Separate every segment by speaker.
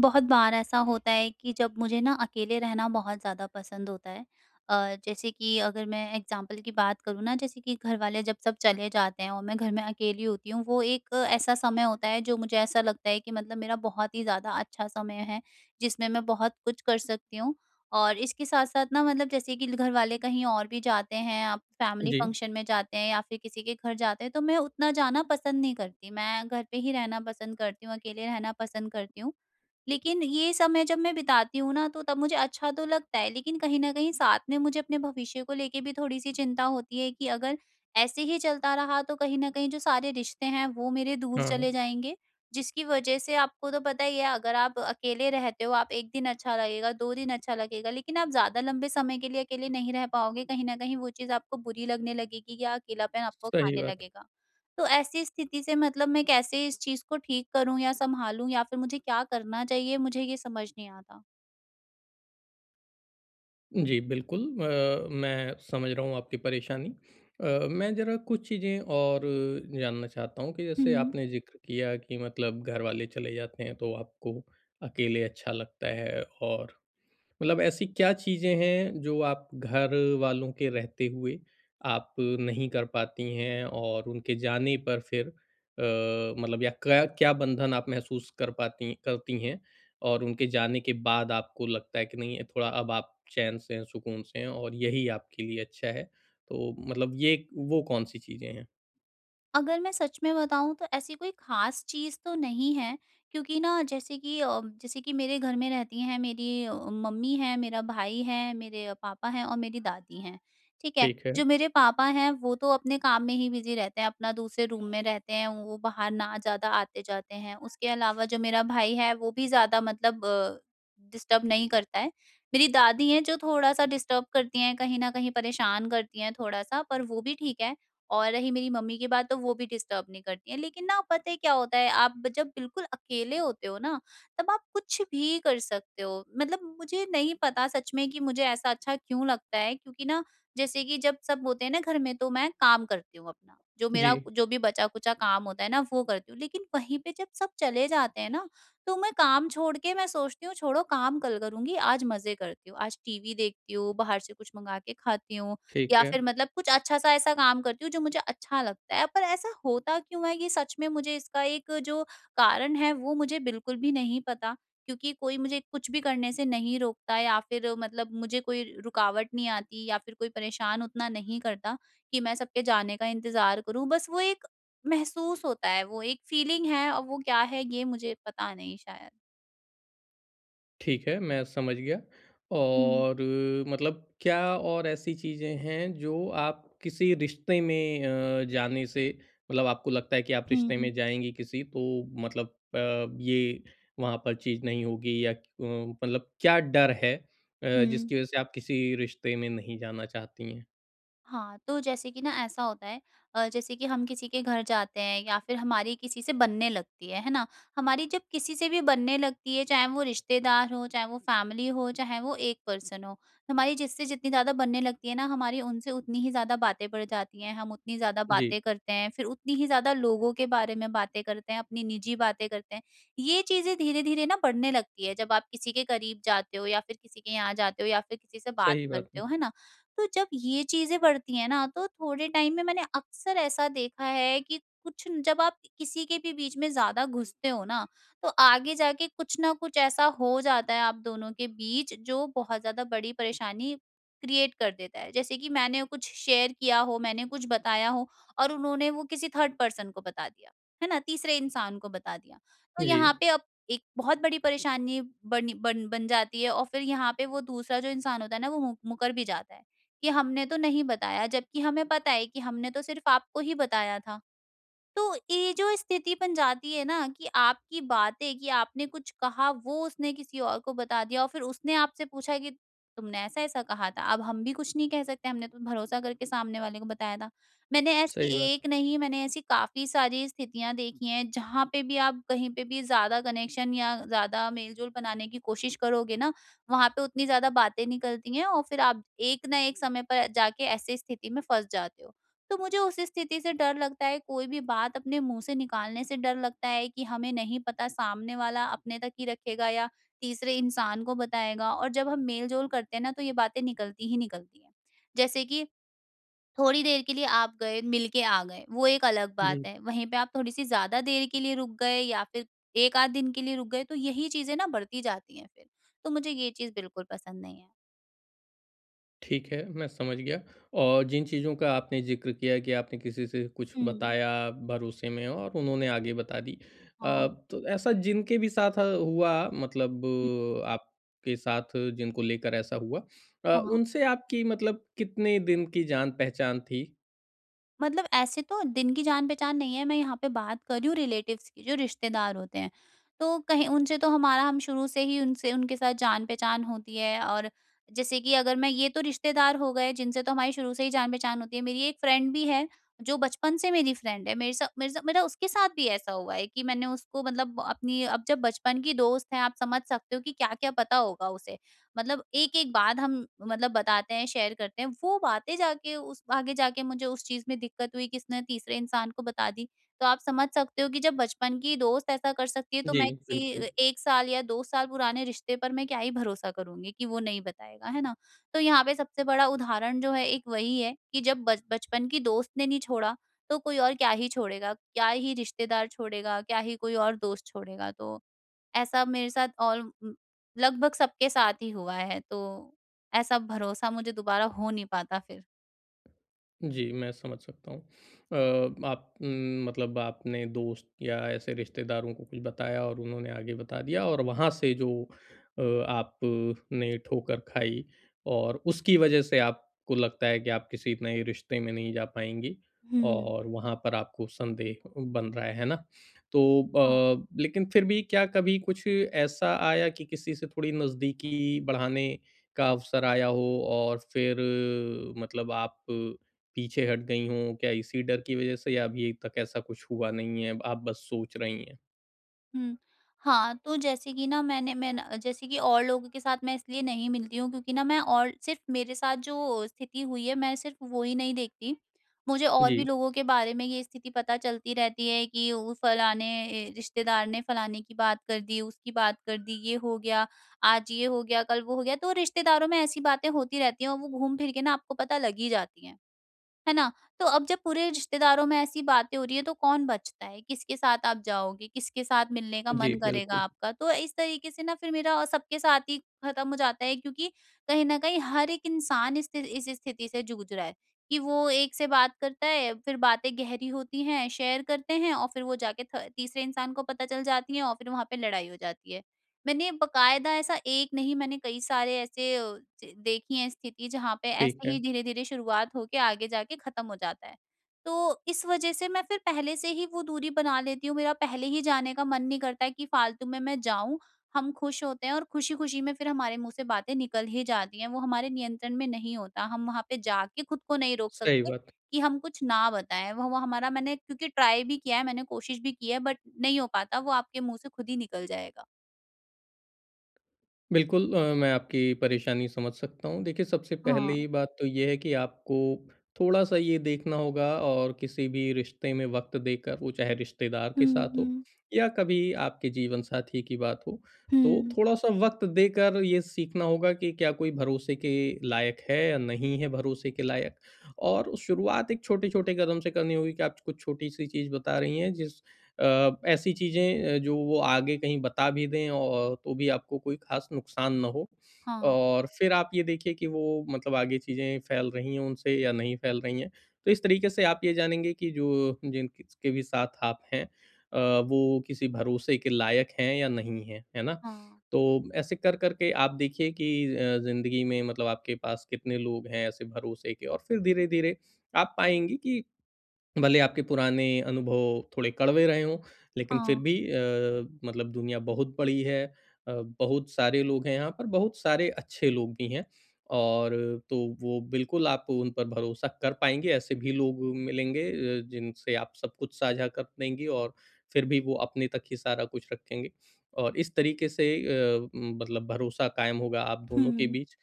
Speaker 1: बहुत बार ऐसा होता है कि जब मुझे ना अकेले रहना बहुत ज़्यादा पसंद होता है। जैसे कि अगर मैं एग्जांपल की बात करूँ ना, जैसे कि घर वाले जब सब चले जाते हैं और मैं घर में अकेली होती हूँ, वो एक ऐसा समय होता है जो मुझे ऐसा लगता है कि मतलब मेरा बहुत ही ज़्यादा अच्छा समय है, जिसमें मैं बहुत कुछ कर सकती हूँ। और इसके साथ साथ ना, मतलब जैसे कि घर वाले कहीं और भी जाते हैं, आप फैमिली
Speaker 2: जी,
Speaker 1: फंक्शन में जाते हैं या फिर किसी के घर जाते हैं, तो मैं उतना जाना पसंद नहीं करती। मैं घर पे ही रहना पसंद करती हूँ, अकेले रहना पसंद करती हूँ। लेकिन ये समय जब मैं बिताती हूँ ना, तो तब मुझे अच्छा तो लगता है, लेकिन कहीं न कहीं साथ में मुझे अपने भविष्य को लेके भी थोड़ी-सी चिंता होती है कि अगर ऐसे ही चलता रहा तो कहीं न कहीं जो सारे रिश्ते हैं वो मेरे दूर
Speaker 2: हाँ,
Speaker 1: चले जाएँगे। जिसकी वजह से आपको तो पता ही है, अगर आप अकेले रहते हो, आप 1 दिन अच्छा लगेगा, 2 दिन अच्छा लगेगा, लेकिन आप ज़्यादा लंबे समय के लिए अकेले नहीं रह पाओगे। कहीं न कहीं वो चीज़ आपको बुरी लगने लगेगी या अकेलापन आपको
Speaker 2: सही
Speaker 1: खाने
Speaker 2: बात।
Speaker 1: लगेगा। तो ऐसी स्थिति से, मतलब मैं कैसे इस चीज़ को ठीक करूँ या सँभालूँ, या फिर मुझे क्या करना चाहिए? मुझे ये समझ नहीं आता।
Speaker 2: जी, बिल्कुल मैं समझ रहा हूँ आपकी परेशानी। मैं ज़रा कुछ चीज़ें और जानना चाहता हूँ कि जैसे आपने ज़िक्र किया कि मतलब घर वाले चले जाते हैं तो आपको अकेले अच्छा लगता है और मतलब ऐसी क्या चीज़ें हैं जो आप घर वालों के रहते हुए आप नहीं कर पाती हैं और उनके जाने पर फिर मतलब या क्या क्या बंधन आप महसूस कर पाती करती हैं और उनके जाने के बाद आपको लगता है कि नहीं थोड़ा अब आप चैन से हैं, सुकून से हैं और यही आपके लिए अच्छा है। तो मतलब ये वो कौन-सी चीज़ें हैं?
Speaker 1: अगर मैं सच में बताऊँ तो ऐसी कोई ख़ास चीज़ तो नहीं है, क्योंकि ना जैसे कि जैसे कि मेरे घर में रहती हैं, मेरी मम्मी हैं, मेरा भाई है, मेरे पापा हैं और मेरी दादी हैं, ठीक है?
Speaker 2: ठीक है।
Speaker 1: जो मेरे पापा हैं वो तो अपने काम में ही बिज़ी रहते हैं, अपना दूसरे रूम में रहते हैं, वो बाहर ना ज़्यादा आते-जाते हैं। उसके अलावा जो मेरा भाई है वो भी ज़्यादा, मतलब डिस्टर्ब नहीं करता है। मेरी दादी हैं जो थोड़ा-सा डिस्टर्ब करती हैं, कहीं न कहीं परेशान करती हैं थोड़ा-सा, पर वो भी ठीक है। और रही मेरी मम्मी की बात, तो वो भी डिस्टर्ब नहीं करती हैं। लेकिन ना, पता है क्या होता है, आप जब बिल्कुल अकेले होते हो ना, तब आप कुछ भी कर सकते हो, मतलब मुझे नहीं पता सच में कि मुझे ऐसा अच्छा क्यों लगता है, क्योंकि ना जैसे कि जब सब होते हैं ना घर में, तो मैं काम करती हूँ अपना, जो
Speaker 2: जी,
Speaker 1: मेरा जो भी बचा कुचा काम होता है ना वो करती हूँ, लेकिन वहीं पे जब सब चले जाते हैं ना, तो मैं काम छोड़ के मैं सोचती हूँ छोड़ो काम, कल करूंगी, आज मजे करती हूँ, आज टीवी देखती हूँ, बाहर से कुछ मंगा के खाती हूँ,
Speaker 2: ठीक
Speaker 1: या
Speaker 2: है।
Speaker 1: फिर मतलब कुछ अच्छा-सा ऐसा काम करती हूँ जो मुझे अच्छा लगता है। पर ऐसा होता क्यों है, ये सच में मुझे, इसका एक जो कारण है वो मुझे बिल्कुल भी नहीं पता। क्योंकि कोई मुझे कुछ भी करने से नहीं रोकता, या फिर मतलब मुझे कोई रुकावट नहीं आती, या फिर कोई परेशान उतना नहीं करता कि मैं सबके जाने का इंतज़ार करूँ। बस वो एक महसूस होता है, वो एक फीलिंग है और वो क्या है ये मुझे पता नहीं शायद।
Speaker 2: ठीक है, मैं समझ गया
Speaker 1: हुँ।
Speaker 2: और मतलब क्या और ऐसी चीज़ें हैं जो आप किसी रिश्ते में जाने से मतलब आपको लगता है कि आप
Speaker 1: हुँ,
Speaker 2: रिश्ते में
Speaker 1: हुँ।
Speaker 2: जाएँगी किसी तो मतलब ये वहाँ पर चीज़ नहीं होगी या मतलब क्या डर है
Speaker 1: हुँ।
Speaker 2: जिसकी वज़ह से आप किसी रिश्ते में नहीं जाना चाहती हैं?
Speaker 1: हाँ, तो जैसे कि ना, ऐसा होता है, जैसे कि हम किसी के घर जाते हैं या फिर हमारी किसी से बनने लगती है ना? हमारी जब किसी से भी बनने लगती है, चाहे वो रिश्तेदार हो, चाहे वो फैमिली हो, चाहे वो एक पर्सन हो, तो हमारी जिससे जितनी ज़्यादा बनने लगती है ना, हमारी उनसे उतनी ही ज़्यादा बातें बढ़ जाती हैं, हम उतनी ज़्यादा
Speaker 2: जी,
Speaker 1: बातें करते हैं, फिर उतनी ही ज़्यादा लोगों के बारे में बातें करते हैं, अपनी निजी बातें करते हैं। ये चीज़ें धीरे-धीरे ना बढ़ने लगती है, जब आप किसी के करीब जाते हो या फिर किसी के यहाँ जाते हो या फिर किसी से बात
Speaker 2: सही बात
Speaker 1: करते
Speaker 2: है।
Speaker 1: हो, है ना? तो जब ये चीज़ें बढ़ती हैं ना, तो थोड़े टाइम में मैंने अक्सर ऐसा देखा है कि कुछ न- जब आप किसी के भी बीच में ज़्यादा घुसते हो ना, तो आगे जाके कुछ ना कुछ ऐसा हो जाता है आप दोनों के बीच, जो बहुत ज़्यादा बड़ी परेशानी क्रिएट कर देता है। जैसे कि मैंने कुछ शेयर किया हो, मैंने कुछ बताया हो और उन्होंने वो किसी थर्ड पर्सन को बता दिया, है ना, तीसरे इंसान को बता दिया। तो
Speaker 2: जी,
Speaker 1: यहाँ पे अब एक बहुत बड़ी परेशानी बन, बन बन जाती है, और फिर यहाँ पे वो दूसरा जो इंसान होता है ना, वो मुकर भी जाता है कि हमने तो नहीं बताया, जबकि हमें पता है कि हमने तो सिर्फ़ आपको ही बताया था। तो ये जो स्थिति बन जाती है ना कि आपकी बातें, कि आपने कुछ कहा वो उसने किसी और को बता दिया और फिर उसने आपसे पूछा कि तुमने ऐसा ऐसा कहा था, अब हम भी कुछ नहीं कह सकते, हमने तो भरोसा करके सामने वाले को बताया था। मैंने ऐसी
Speaker 2: सही बात।
Speaker 1: एक नहीं, मैंने ऐसी काफी सारी स्थितियां देखी हैं जहां पे भी आप कहीं पे भी ज्यादा कनेक्शन या ज्यादा मेलजोल बनाने की कोशिश करोगे ना, वहां पे उतनी ज्यादा बातें निकलती हैं और फिर आप एक ना एक समय पर जाके ऐसी स्थिति में फंस जाते हो। तो मुझे उस स्थिति से डर लगता है, कोई भी बात अपने मुंह से निकालने से डर लगता है कि हमें नहीं पता सामने वाला अपने तक ही रखेगा या तीसरे इंसान को बताएगा, और जब हम मेल जोल करते हैं ना, तो ये बातें निकलती ही निकलती हैं। जैसे कि थोड़ी देर के लिए आप गए मिलके आ गए, वो एक अलग
Speaker 2: जी।
Speaker 1: बात है, वहीं पे आप थोड़ी सी ज्यादा देर के लिए रुक गए या फिर एक आध दिन के लिए रुक गए, तो यही चीजें ना बढ़ती जाती हैं फिर। तो मुझे ये चीज बिल्कुल पसंद नहीं है।
Speaker 2: ठीक है, मैं समझ गया और जिन चीज़ों का आपने ज़िक्र किया कि आपने किसी से कुछ
Speaker 1: हम्म।
Speaker 2: बताया भरोसे में और उन्होंने आगे बता दी।
Speaker 1: हाँ।
Speaker 2: तो ऐसा जिनके भी साथ हुआ मतलब
Speaker 1: हम्म,
Speaker 2: आपके साथ जिनको लेकर ऐसा हुआ
Speaker 1: हाँ।
Speaker 2: उनसे आपकी मतलब कितने दिन की जान-पहचान थी?
Speaker 1: मतलब ऐसे तो दिन की जान-पहचान नहीं है, मैं यहाँ पे बात कर रही हूँ रिलेटिव्स की, जो रिश्तेदार होते हैं। तो कहीं उनसे तो हमारा, हम शुरू से ही उनसे उनके साथ जान-पहचान होती है। और जैसे कि अगर मैं, ये तो रिश्तेदार हो गए, जिनसे तो हमारी शुरू से ही जान-पहचान होती है। मेरी एक फ्रेंड भी है, जो बचपन से मेरी फ्रेंड है। मेरे सा मेरा उसके साथ भी ऐसा हुआ है कि मैंने उसको, मतलब अपनी, अब जब बचपन की दोस्त है, आप समझ सकते हो कि क्या-क्या पता होगा उसे। मतलब एक-एक बात हम, मतलब बताते हैं, शेयर करते हैं, वो बातें जाके उस, आगे जाके मुझे उस चीज़ में दिक्कत हुई, किसने तीसरे इंसान को बता दी। तो आप समझ सकते हो कि जब बचपन की दोस्त ऐसा कर सकती है, तो
Speaker 2: जी,
Speaker 1: मैं
Speaker 2: बिल्कुल।
Speaker 1: किसी 1 साल या 2 साल पुराने रिश्ते पर मैं क्या ही भरोसा करूँगी कि वो नहीं बताएगा, है ना? तो यहाँ पे सबसे बड़ा उदाहरण जो है एक वही है, कि जब बच बचपन की दोस्त ने नहीं छोड़ा, तो कोई और क्या ही छोड़ेगा, क्या ही रिश्तेदार छोड़ेगा, क्या ही कोई और दोस्त छोड़ेगा। तो ऐसा मेरे साथ और लगभग सबके साथ ही हुआ है, तो ऐसा भरोसा मुझे दोबारा हो नहीं पाता फिर।
Speaker 2: जी, मैं समझ सकता हूँ। आप मतलब आपने दोस्त या ऐसे रिश्तेदारों को कुछ बताया और उन्होंने आगे बता दिया और वहाँ से जो अ, आपने ठोकर खाई और उसकी वज़ह से आपको लगता है कि आप किसी नए रिश्ते में नहीं जा पाएँगी
Speaker 1: हुँ।
Speaker 2: और वहाँ पर आपको संदेह बन रहा है ना?
Speaker 1: हाँ,
Speaker 2: तो लेकिन फिर भी क्या कभी कुछ ऐसा आया कि किसी से थोड़ी नज़दीकी बढ़ाने का अवसर आया हो और फिर मतलब आप पीछे हट गई हों? क्या इसी डर की वज़ह से या अभी तक ऐसा कुछ हुआ नहीं है, आप बस सोच रही हैं?
Speaker 1: हुँ। हाँ, तो जैसे कि ना मैं ना, जैसे कि और लोगों के साथ मैं इसलिए नहीं मिलती हूँ क्योंकि ना मैं और, सिर्फ़ मेरे साथ जो स्थिति हुई है, मैं सिर्फ़ वो ही नहीं देखती। मुझे और भी
Speaker 2: जी।
Speaker 1: लोगों के बारे में ये स्थिति पता चलती रहती है कि वो फलाने ए रिश्तेदार ने फलाने की बात कर दी, उसकी बात कर दी, ये हो गया, आज ये हो गया, कल वो हो गया। तो रिश्तेदारों में ऐसी बातें होती रहती हैं और वो घूम फिर के ना आपको पता लग ही जाती हैं। है ना? तो अब जब पूरे रिश्तेदारों में ऐसी बातें हो रही है, तो कौन बचता है? किसके साथ आप जाओगे? किसके साथ मिलने का
Speaker 2: जी,
Speaker 1: मन करेगा
Speaker 2: बिल्कुल।
Speaker 1: आपका? तो इस तरीके से ना फिर मेरा और सबके साथ ही खत्म हो जाता है, क्योंकि कहीं न कहीं हर एक इंसान इस स्थिति से जूझ रहा है कि वो एक से बात करता है, फिर बातें गहरी होती हैं, शेयर करते हैं और फिर वो जाके थ तीसरे इंसान को पता चल जाती है और फिर वहाँ पे लड़ाई हो जाती है। मैंने बकायदा ऐसा एक नहीं, मैंने कई सारे ऐसे ज देखी हैं स्थिति, जहाँ पे
Speaker 2: ठीक
Speaker 1: ऐसे
Speaker 2: है,
Speaker 1: ही धीरे-धीरे शुरुआत होके आगे जाके ख़त्म हो जाता है। तो इस वज़ह से मैं फिर पहले से ही वो दूरी बना लेती हूँ, मेरा पहले ही जाने का मन नहीं करता है कि फ़ालतू में मैं जाऊँ, हम खुश होते हैं और खुशी-खुशी में फिर हमारे मुँह से बातें निकल ही जाती हैं, वो हमारे नियंत्रण में नहीं होता। हम वहाँ पे जाके खुद को नहीं रोक
Speaker 2: सही
Speaker 1: सकते
Speaker 2: बात।
Speaker 1: कि हम कुछ ना बताएँ, वो हमारा, मैंने क्योंकि ट्राई भी किया है, मैंने कोशिश भी की है, बट नहीं हो पाता, वो आपके मुँह से खुद ही निकल जाएगा।
Speaker 2: बिल्कुल मैं आपकी परेशानी समझ सकता हूँ। देखिए, सबसे
Speaker 1: हाँ।
Speaker 2: पहली बात तो ये है कि आपको थोड़ा-सा ये देखना होगा और किसी भी रिश्ते में वक़्त देकर, वो चाहे रिश्तेदार के
Speaker 1: हुँ,
Speaker 2: साथ हो
Speaker 1: हुँ,
Speaker 2: या कभी आपके जीवन साथी की बात हो, तो
Speaker 1: हुँ।
Speaker 2: थोड़ा-सा वक़्त देकर ये सीखना होगा कि क्या कोई भरोसे के लायक है या नहीं है भरोसे के लायक। और शुरुआत एक छोटे-छोटे कदम से करनी होगी कि आप कुछ छोटी-सी चीज़ बता रही हैं जिस ऐसी चीज़ें जो वो आगे कहीं बता भी दें और तो भी आपको कोई ख़ास नुकसान ना हो।
Speaker 1: हाँ,
Speaker 2: और फिर आप ये देखिए कि वो मतलब आगे चीज़ें फैल रही हैं उनसे या नहीं फैल रही हैं। तो इस तरीके से आप ये जानेंगे कि जो जिनके भी साथ आप हैं अ, वो किसी भरोसे के लायक हैं या नहीं हैं, है ना?
Speaker 1: हाँ,
Speaker 2: तो ऐसे कर कर के आप देखिए कि ज़िंदगी में मतलब आपके पास कितने लोग हैं ऐसे भरोसे के और फिर धीरे-धीरे आप पाएँगी कि भले आपके पुराने अनुभव थोड़े कड़वे रहे हों, लेकिन फिर
Speaker 1: हाँ,
Speaker 2: भी मतलब दुनिया बहुत बड़ी है अ, बहुत सारे लोग हैं यहाँ पर, बहुत सारे अच्छे लोग भी हैं और तो वो बिल्कुल आप उन पर भरोसा कर पाएँगे, ऐसे भी लोग मिलेंगे जिनसे आप सब कुछ साझा कर देंगे और फिर भी वो अपने तक ही सारा कुछ रखेंगे और इस तरीके से मतलब भरोसा कायम होगा आप दोनों के
Speaker 1: हुँ,
Speaker 2: बीच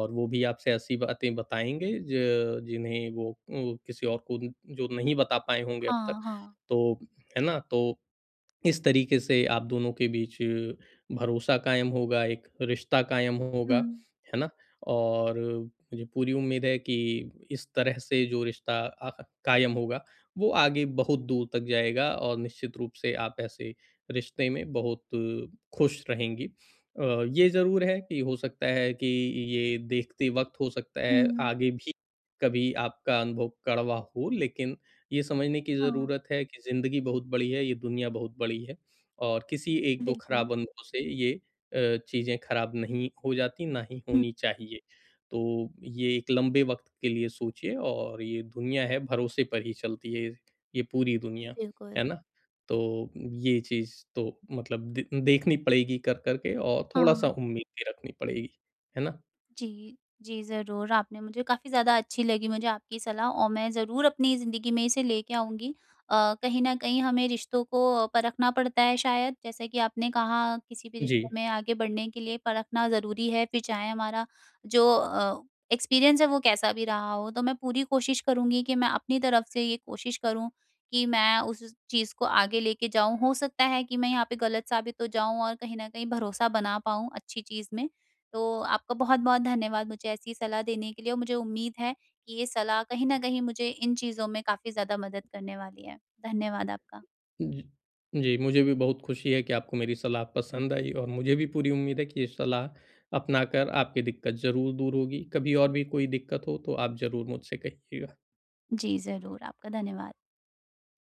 Speaker 2: और वो भी आपसे ऐसी बातें बताएँगे ज जिन्हें वो किसी और को जो नहीं बता पाए होंगे अब तक,
Speaker 1: हाँ, हाँ,
Speaker 2: तो है ना? तो इस तरीके से आप दोनों के बीच भरोसा कायम होगा, एक रिश्ता कायम
Speaker 1: हुँ,
Speaker 2: होगा, है ना? और मुझे पूरी उम्मीद है कि इस तरह से जो रिश्ता कायम होगा, वो आगे बहुत दूर तक जाएगा और निश्चित रूप से आप ऐसे रिश्ते में बहुत खुश रहेंगी। ये ज़रूर है कि हो सकता है कि ये देखते वक़्त हो सकता है
Speaker 1: हुँ,
Speaker 2: आगे भी कभी आपका अनुभव कड़वा हो, लेकिन ये समझने की
Speaker 1: हाँ,
Speaker 2: ज़रूरत है कि ज़िंदगी बहुत बड़ी है, ये दुनिया बहुत बड़ी है और किसी 1-2 खराब
Speaker 1: बिल्कुल।
Speaker 2: बंदों से ये चीज़ें खराब नहीं हो जाती, ना ही
Speaker 1: हुँ,
Speaker 2: होनी चाहिए। तो ये एक लंबे वक़्त के लिए सोचिए और ये दुनिया है भरोसे पर ही चलती है, ये पूरी दुनिया, है
Speaker 1: बिल्कुल,
Speaker 2: ना? तो ये चीज़ तो मतलब दे देखनी पड़ेगी कर के और थोड़ा-सा
Speaker 1: हाँ।
Speaker 2: उम्मीद भी रखनी पड़ेगी, है ना?
Speaker 1: जी। जी, ज़रूर, आपने मुझे, काफ़ी ज़्यादा अच्छी लगी मुझे आपकी सलाह, और मैं ज़रूर अपनी ज़िंदगी में इसे लेके आऊँगी। कहीं न कहीं हमें रिश्तों को परखना पड़ता है शायद, जैसे कि आपने कहा किसी भी
Speaker 2: जी।
Speaker 1: रिश्ते में आगे बढ़ने के लिए परखना ज़रूरी है, फिर चाहे हमारा जो एक्सपीरियंस है वो कैसा भी रहा हो। तो मैं पूरी कोशिश करूँगी कि मैं अपनी तरफ से ये कोशिश करूँ कि मैं उस चीज़ को आगे लेके जाऊँ। हो सकता है कि मैं यहाँ पे गलत साबित हो जाऊँ और कहीं न कहीं भरोसा बना पाऊँ अच्छी चीज़ में। तो आपका बहुत-बहुत धन्यवाद मुझे ऐसी सलाह देने के लिए, और मुझे उम्मीद है कि ये सलाह कहीं न कहीं मुझे इन चीज़ों में काफ़ी ज़्यादा मदद करने वाली है। धन्यवाद आपका।
Speaker 2: जी, जी, मुझे भी बहुत खुशी है कि आपको मेरी सलाह पसंद आई और मुझे भी पूरी उम्मीद है कि ये सलाह अपनाकर आपकी दिक्कत ज़रूर दूर होगी। कभी और भी कोई दिक्कत हो तो आप ज़रूर मुझसे कहिएगा।
Speaker 1: जी, ज़रूर, आपका धन्यवाद।